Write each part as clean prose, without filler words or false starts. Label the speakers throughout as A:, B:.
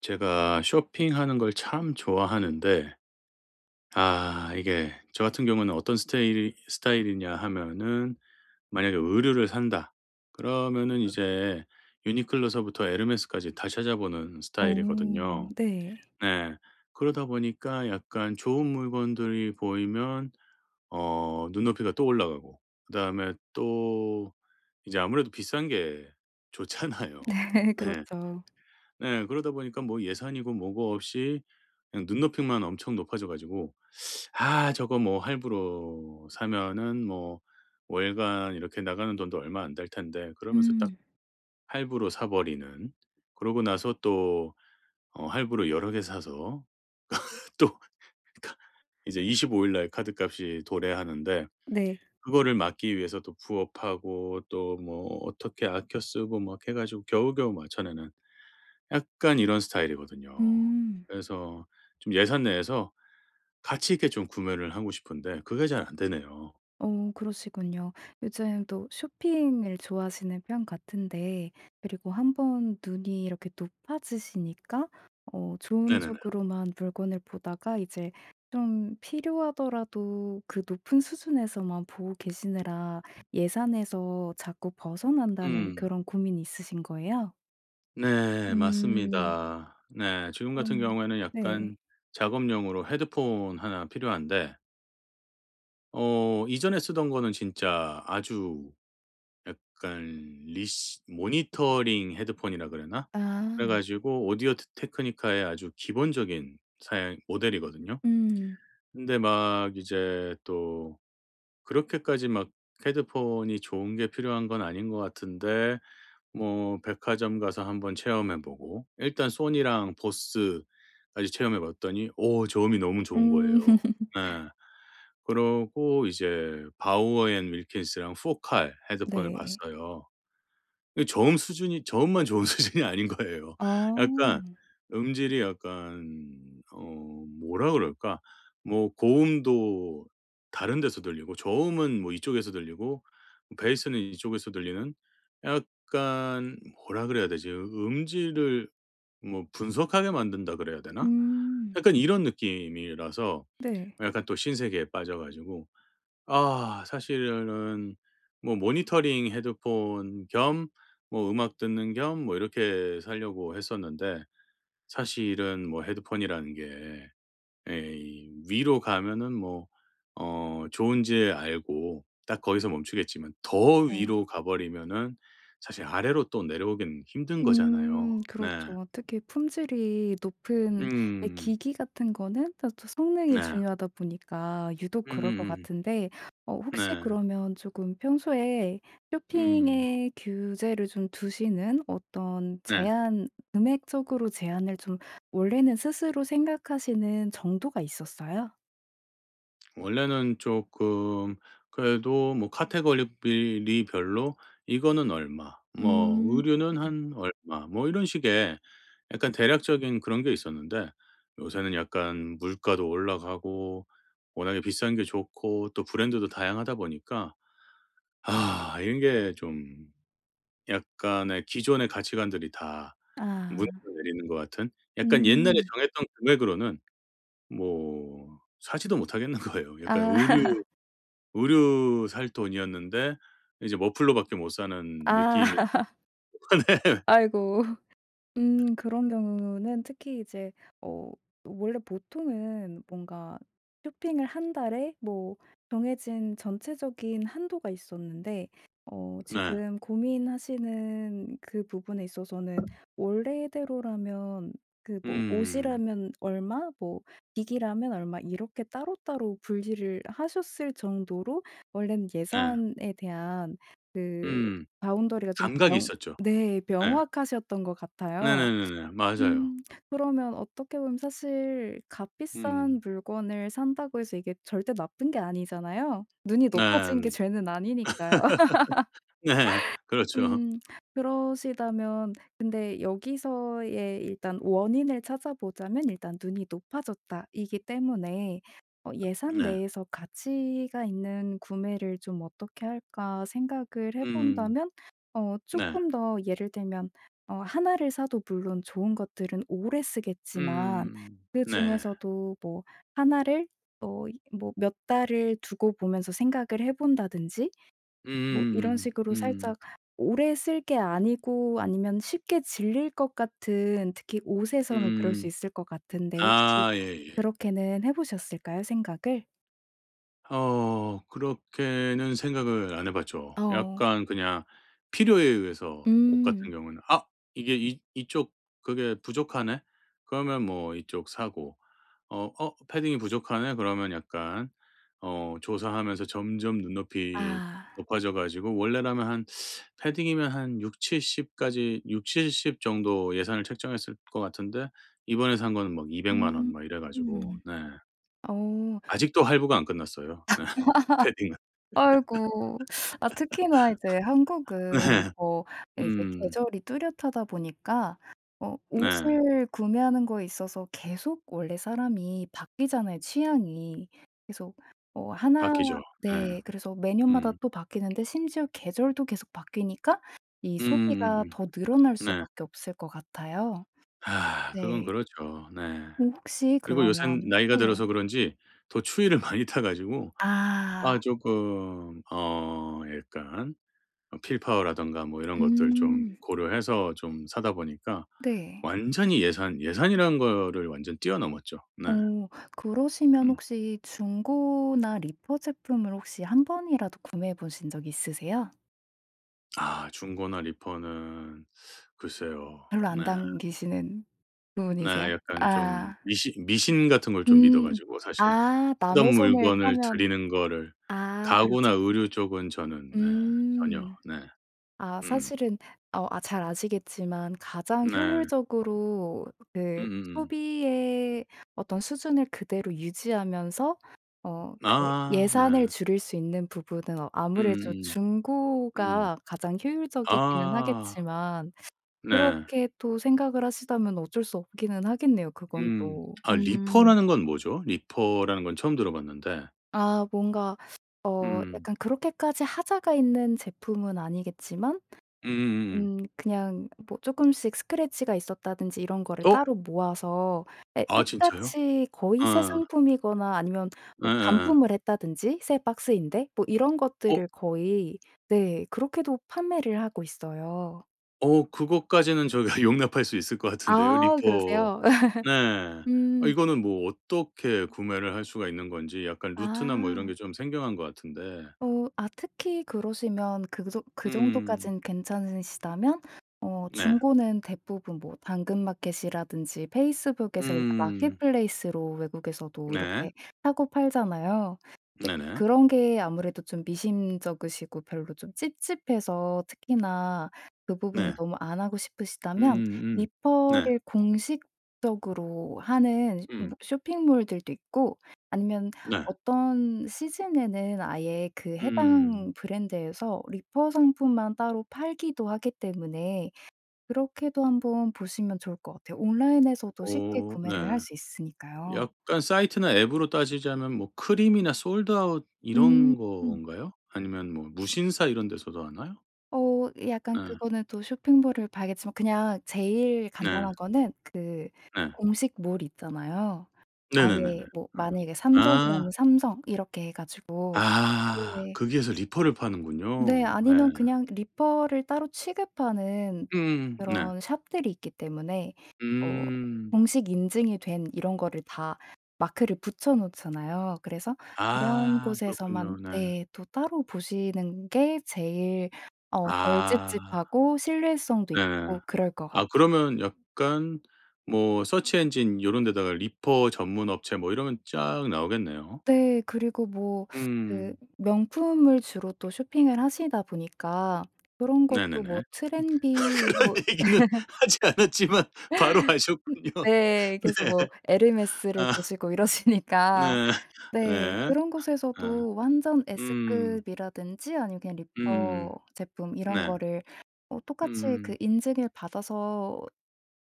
A: 제가 쇼핑하는 걸 참 좋아하는데, 아, 이게 저 같은 경우는 어떤 스타일이냐 하면은, 만약에 의류를 산다. 그러면은 네. 이제 유니클로서부터 에르메스까지 다 찾아보는
B: 어
A: 스타일이거든요.
B: 네. 네.
A: 네. 그러다 보니까 약간 좋은 물건들이 보이면 눈높이가 또 올라가고, 그다음에 또 이제 아무래도 비싼 게 좋잖아요. 네.
B: 그렇죠.
A: 네. 그러다 보니까 뭐 예산이고 뭐고 없이 그냥 눈높이만 엄청 높아져 가지고 '아, 저거 뭐 할부로 사면은 뭐 월간 이렇게 나가는 돈도 얼마 안 될 텐데.' 그러면서 딱
B: 음.
A: 할부로 사 버리는. 그러고 나서 또 할부로 여러 개 사서 또, 그러니까 이제 25일날 카드값이 도래하는데,
B: 네.
A: 그거를 막기 위해서 또 부업하고 또 뭐 어떻게 아껴 쓰고 막 해 가지고 겨우겨우 맞춰 내는, 약간 이런 스타일이거든요.
B: 음.
A: 그래서 좀 예산 내에서 가치 있게 좀 구매를 하고 싶은데 그게 잘 안 되네요.
B: 어 그러시군요. 요즘 또 쇼핑을 좋아하시는 편 같은데, 그리고 한 번 눈이 이렇게 높아지시니까 어 좋은
A: 네네네.
B: 쪽으로만 물건을 보다가 이제 좀 필요하더라도 그 높은 수준에서만 보고 계시느라 예산에서 자꾸 벗어난다는
A: 음.
B: 그런 고민이 있으신 거예요?
A: 네,
B: 음.
A: 맞습니다. 네. 지금 같은
B: 그러면
A: 경우에는
B: 네.
A: 약간 작업용으로 헤드폰 하나 필요한데, 이전에 쓰던 거는 진짜 아주 약간 리시 모니터링 헤드폰이라 그러나? 그래
B: 아.
A: 가지고 오디오 테 테크니카의 아주 기본적인 사양 모델이거든요.
B: 음.
A: 근데 막 이제 또 그렇게까지 막 헤드폰이 좋은 게 필요한 건 아닌 것 같은데, 뭐 백화점 가서 한번 체험해 보고 일단 소니랑 보스까지 체험해 봤더니 오, 저음이 너무 좋은
B: 음.
A: 거예요. 네, 그러고 이제 바우어 앤 윌킨스랑 포칼 헤드폰을
B: 네.
A: 봤어요. 이 저음 수준이 저음만 좋은 수준이 아닌 거예요.
B: 아.
A: 약간 음질이 약간 뭐라 그럴까? 뭐 고음도 다른 데서 들리고, 저음은 뭐 이쪽에서 들리고, 베이스는 이쪽에서 들리는, 약간 뭐라 그래야 되지? 음질을 뭐 분석하게 만든다 그래야 되나?
B: 음.
A: 약간 이런 느낌이라서
B: 네.
A: 약간 또 신세계에 빠져 가지고, 아 사실은 뭐 모니터링 헤드폰 겸 뭐 음악 듣는 겸 뭐 이렇게 살려고 했었는데, 사실은 뭐 헤드폰이라는 게, 예 이 위로 가면은 뭐 좋은지 알고 딱 거기서 멈추겠지만, 더
B: 어,
A: 위로 가 버리면은 사실 아래로 또 내려오긴 힘든 거잖아요. 네.
B: 그렇죠. 특히 품질이 높은 내
A: 음.
B: 기기 같은 거는 또 성능이
A: 네.
B: 중요하다 보니까 유독 그럴 것
A: 음음음.
B: 같은데. 어 혹시
A: 네.
B: 그러면 조금 평소에
A: 음.
B: 쇼핑에 규제를 좀 두시는, 어떤
A: 네.
B: 제한 금액적으로 제한을 좀, 원래는 스스로 생각하시는 정도가 있었어요?
A: 원래는 조금, 그래도 뭐 카테고리 별로 이거는 얼마, 뭐
B: 음.
A: 의류는 한 얼마, 뭐 이런 식의 약간 대략적인 그런 게 있었는데, 요새는 약간 물가도 올라가고 워낙에 비싼 게 좋고 또 브랜드도 다양하다 보니까 아 이런 게 좀, 약간의 기존의 가치관들이 다 무너져
B: 아.
A: 내리는 것 같은. 약간 옛날에
B: 음.
A: 정했던 금액으로는 뭐 사지도 못하겠는 거예요. 약간
B: 아.
A: 의류 살 돈이었는데 이제 머플러밖에 못 사는
B: 아.
A: 느낌이.
B: 아이고. 음, 그런 경우는 특히 이제 어 원래 보통은 뭔가 쇼핑을 한 달에 뭐 정해진 전체적인 한도가 있었는데, 어
A: 네.
B: 지금 고민하시는 그 부분에 있어서는 원래대로라면 그 뭐
A: 음.
B: 옷이라면 얼마 뭐 기기라면 얼마 이렇게 따로따로 분리를 하셨을 정도로 원래는
A: 네.
B: 예산에 대한 그
A: 음.
B: 바운더리가 좀
A: 감각이 있었죠.
B: 네.
A: 네.
B: 명확하셨던 것 같아요.
A: 네네네네. 맞아요.
B: 음. 그러면 어떻게 보면 사실
A: 음.
B: 값비싼 물건을 산다고 해서 이게 절대 나쁜 게 아니잖아요. 눈이 높아진 게
A: 네.
B: 죄는 아니니까요.
A: 네. 그렇죠.
B: 음. 그러시다면 근데 여기서의 일단 원인을 찾아보자면 일단 눈이 높아졌다 이기 때문에 어 '예산
A: 네.
B: 내에서 가치가 있는 구매를 좀 어떻게 할까?' 생각을 해
A: 음.
B: 본다면, 어
A: 네.
B: 조금 더 예를 들면 어나를 사도 물론 좋은 것들은 오래 쓰겠지만,
A: 음. 네.
B: 그중에서도 뭐나를 어 뭐 몇 달을 두고 보면서 생각을 해 본다든지 뭐 이런 식으로
A: 음.
B: 살짝, 오래 쓸 게 아니고 아니면 쉽게 질릴 것 같은 특히 옷에서는 그럴 수
A: 음.
B: 있을 것 같은데, 혹시
A: 아 예예.
B: 그렇게는 해 보셨을까요, 생각을?
A: 그렇게는 생각을 안 해 봤죠.
B: 어.
A: 약간 그냥 필요에 의해서 옷 같은
B: 음.
A: 경우는, '아 이게 이 이쪽 그게 부족하네.' 그러면 뭐 이쪽 사고, 어 '어 패딩이 부족하네.' 그러면 약간 조사하면서 점점 눈높이
B: 아.
A: 높아져 가지고, 원래라면 한 패딩이면 한 60-70 까지 육칠십 정도 예산을 책정했을 것 같은데, 이번에 산 거는 막2 0 0 원
B: 음.
A: 막 이래 가지고.
B: 음.
A: 네,
B: 어.
A: 아직도 할부가 안 끝났어요. 네, 패딩은.
B: 아이고. 아 특히나 이제
A: 네.
B: 한국은 뭐 이게
A: 음.
B: 계절이 뚜렷하다 보니까 어
A: 네.
B: 옷을 구매하는 거에 있어서 계속, 원래 사람이 바뀌잖아요, 취향이. 계속 어 하나
A: 바뀌죠. 네.
B: 네. 그래서 매년마다
A: 음.
B: 또 바뀌는데 심지어 계절도 계속 바뀌니까 이 소비가
A: 음음음음.
B: 더 늘어날
A: 네.
B: 수밖에 없을 것 같아요.
A: 아 그건
B: 네.
A: 그렇죠. 네.
B: 어 혹시
A: 그리고 요샌
B: 그러면
A: 나이가
B: 네.
A: 들어서 그런지 더 추위를 많이 타 가지고 아
B: 아.
A: 쪼끔 어 약간 필파워라든가 뭐 이런 것들 좀
B: 음.
A: 고려해서 좀 사다 보니까
B: 네.
A: 완전히 예산이라는 거를 완전 뛰어넘었죠. 네.
B: 어 그러시면
A: 음.
B: 혹시 중고나 리퍼 제품을 혹시 한 번이라도 구매해 보신 적 있으세요?
A: 아 중고나 리퍼는 글쎄요.
B: 별로
A: 네.
B: 안 당기시는
A: 네.
B: 부분이세요?
A: 약간 좀
B: 아.
A: 미신 같은 걸 좀 믿어
B: 음.
A: 가지고 사실
B: 아
A: 쓰던
B: 남의 손을
A: 물건을
B: 타면
A: 드리는 거를,
B: 아
A: 가구나
B: 그렇죠.
A: 의류 쪽은 저는 네, 전혀.
B: 음.
A: 네.
B: 아
A: 음.
B: 사실은, 어 아 잘 아시겠지만 가장
A: 네.
B: 효율적으로 그
A: 음음음.
B: 소비의 어떤 수준을 그대로 유지하면서 어 그
A: 아
B: 예산을
A: 네.
B: 줄일 수 있는 부분은 어 아무래도
A: 음. 음.
B: 중고가 가장 효율적이기는
A: 아
B: 하겠지만,
A: 네.
B: 그렇게 또 생각을 하시다면 어쩔 수 없기는 하겠네요 그건
A: 음.
B: 또.
A: 아
B: 음.
A: 리퍼라는 건 뭐죠? 리퍼라는 건 처음 들어 봤는데.
B: 아 뭔가 어
A: 음.
B: 약간 그렇게까지 하자가 있는 제품은 아니겠지만,
A: 음음음.
B: 그냥 뭐 조금씩 스크래치가 있었다든지 이런 거를
A: 어?
B: 따로 모아서 예
A: 아 진짜요?
B: 똑같이 거의 새
A: 아,
B: 상품이거나, 아니면
A: 예.
B: 뭐
A: 예예예.
B: 반품을 했다든지 새 박스인데 뭐 이런
A: 어
B: 것들을 거의 네 그렇게도 판매를 하고 있어요.
A: 그것까지는 저희가 용납할 수 있을 것 같은데요,
B: 아
A: 리퍼.
B: 그러세요?
A: 네. 아
B: 음.
A: 이거는 뭐 어떻게 구매를 할 수가 있는 건지 약간 루트나 뭐 이런
B: 아.
A: 게 좀 생경한 것 같은데.
B: 어 아 특히 그러시면 그 정 그
A: 음.
B: 정도까진 괜찮으시다면, 어
A: 네.
B: 중고는 대부분 뭐 당근마켓이라든지 페이스북에서 이렇게
A: 음.
B: 마켓플레이스로 외국에서도
A: 네.
B: 이렇게 사고 팔잖아요. 근데
A: 네네.
B: 그런 게 아무래도 좀 미심쩍으시고 별로 좀 찝찝해서 특히나 그 부분은
A: 네.
B: 너무 안 하고 싶으시다면,
A: 음음. 네.
B: 리퍼를 공식적으로 하는 뭐
A: 음.
B: 쇼핑몰들도 있고 아니면
A: 네.
B: 어떤 시즌에는 아예 그
A: 음.
B: 해당 브랜드에서 리퍼 상품만 따로 팔기도 하기 때문에 그렇게도 한번 보시면 좋을 것 같아요. 온라인에서도 쉽게
A: 어
B: 구매를 할
A: 네.
B: 수 있으니까요.
A: 약간 사이트나 앱으로 따지자면 뭐 크림이나 솔드아웃
B: 음.
A: 이런 건가요? 아니면 뭐 무신사 이런 데서도 하나요?
B: 어 약간
A: 네.
B: 그거는 또 쇼핑몰을 봐야겠지만, 그냥 제일
A: 네.
B: 간단한 거는 그
A: 네.
B: 공식 몰 있잖아요.
A: 네네네네.
B: 아예 뭐
A: 어.
B: 만약에
A: 아.
B: 삼성이라면 삼성 이렇게 해 가지고
A: 아
B: 네.
A: 거기에서 리퍼를
B: 네.
A: 파는군요.
B: 아니면
A: 예.
B: 그냥 리퍼를 따로 취급하는
A: 음음 네.
B: 그런 샵들이 있기 때문에, 어
A: 음.
B: 공식 인증이 된 이런 거를 다 마크를 붙여 놓잖아요. 그래서 그런
A: 아 그렇군요.
B: 곳에서만
A: 네.
B: 네 또 따로 보시는 게 제일 어 덜
A: 아
B: 찝찝하고 신뢰성도
A: 네네.
B: 있고 그럴 것 같아요.
A: 아 그러면 약간 뭐 서치 엔진 요런 데다가 리퍼 전문 업체 뭐 이러면 쫙 나오겠네요.
B: 네. 그리고 뭐 그
A: 음.
B: 명품을 주로 또 쇼핑을 하시다 보니까 그런 것도
A: 네네네.
B: 뭐 트렌디
A: 그런
B: 뭐
A: 얘기는 하지 않았지만 바로 아셨군요.
B: 네.
A: 네.
B: 그래서 뭐 에르메스를
A: 아
B: 보시고 이러시니까,
A: 네.
B: 네
A: 예.
B: 그런
A: 예.
B: 곳에서도 완전
A: 음.
B: S급이라든지 아니면 그냥 리퍼
A: 음음.
B: 제품 이런
A: 네.
B: 거를 어 똑같이
A: 음.
B: 그 인증을 받아서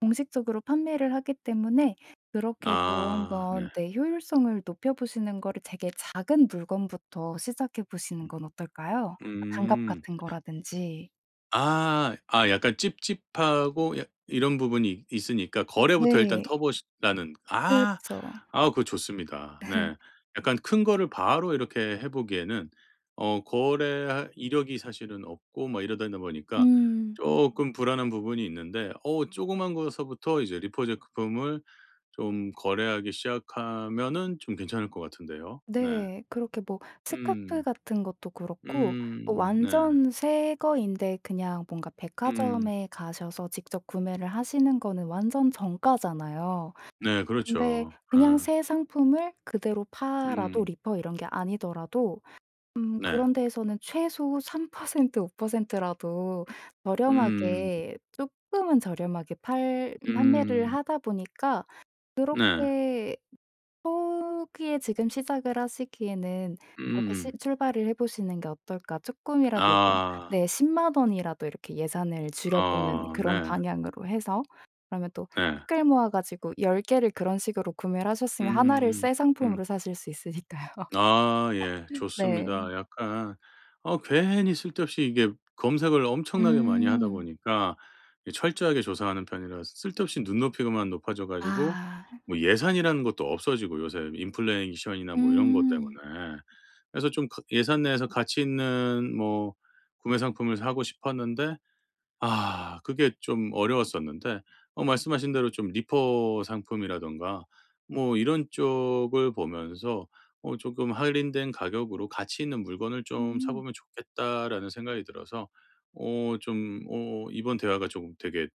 B: 공식적으로 판매를 하기 때문에 그렇게도
A: 아 네.
B: 한번 네 효율성을 높여 보시는 거를, 되게 작은 물건부터 시작해 보시는 건 어떨까요? 뭐 장갑
A: 음.
B: 같은 거라든지.
A: 아. 아 약간 찝찝하고 이런 부분이 있 있으니까 거래부터 일단 터
B: 네.
A: 보시라는, 아.
B: 그쵸.
A: 아 그거 좋습니다. 네. 약간 큰 거를 바로 이렇게 해 보기에는 거래 이력이 사실은 없고 막 이러다 보니까
B: 음.
A: 조금 불안한 부분이 있는데, 조그만 거서부터 이제 리포 제품을 좀 거래하기 시작하면은 좀 괜찮을 것 같은데요. 네.
B: 네. 그렇게 뭐 스카프
A: 음.
B: 같은 것도 그렇고, 어
A: 네.
B: 완전 새 거인데 그냥 뭔가
A: 음
B: 백화점에 가셔서 직접 구매를 하시는 거는 완전 정가잖아요.
A: 네
B: 근데
A: 그렇죠.
B: 그냥
A: 예.
B: 새 상품을 그대로 팔아도
A: 음
B: 리퍼 이런 게 아니더라도
A: 네.
B: 그런 데에서는 최소 3% 5% 라도
A: 음
B: 저렴하게, 쪼끔은 저렴하게 팔 판매를
A: 음
B: 하다 보니까,
A: 네.
B: 그렇게 초기에 지금 시작을 하시기에는 이렇게 시
A: 음음.
B: 출발을 해 보시는 게 어떨까? 조금이라도 뭐
A: 아.
B: 네1 0 원이라도 이렇게 예산을 줄여보는
A: 어
B: 그런
A: 네.
B: 방향으로 해서, 그러면 또
A: 네.
B: 댓글 모아 가지고 10 개를 그런 식으로 구매를 하셨으면 하나를 새
A: 음. 음.
B: 상품으로 사실 수 있으니까요.
A: 아 예.
B: 네.
A: 좋습니다. 약간 괜히 쓸데없이 이게 검색을 엄청나게 많이 하다
B: 음.
A: 보니까, 이 철저하게 조사하는 편이라 쓸데없이 눈높이만 높아져 가지고
B: 아.
A: 뭐 예산이라는 것도 없어지고, 요새 인플레이션이나 뭐 이런 것
B: 음.
A: 때문에. 그래서 좀 예산 내에서 가치 있는 뭐 구매 상품을 사고 싶었는데, 아 그게 좀 어려웠었는데, 말씀하신 대로 좀 리퍼 상품이라든가 뭐 이런 쪽을 보면서 조금 할인된 가격으로 '가치 있는 물건을 좀 사
B: 음.
A: 보면 좋겠다.'라는 생각이 들어서 이번 대화가 조금 되게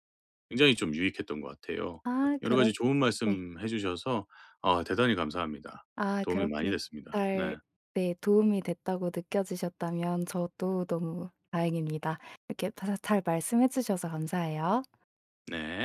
A: 굉장히 좀 유익했던 것 같아요.
B: 아 그
A: 여러
B: 렇
A: 가지 좋은
B: 네.
A: 말씀해 주셔서, 아 대단히 감사합니다.
B: 아
A: 도움이 많이
B: 그렇게
A: 됐습니다.
B: 잘,
A: 네.
B: 네 도움이 됐다고 느껴지셨다면 저도 너무 다행입니다. 이렇게 다 잘 말씀해 주셔서 감사해요.
A: 네.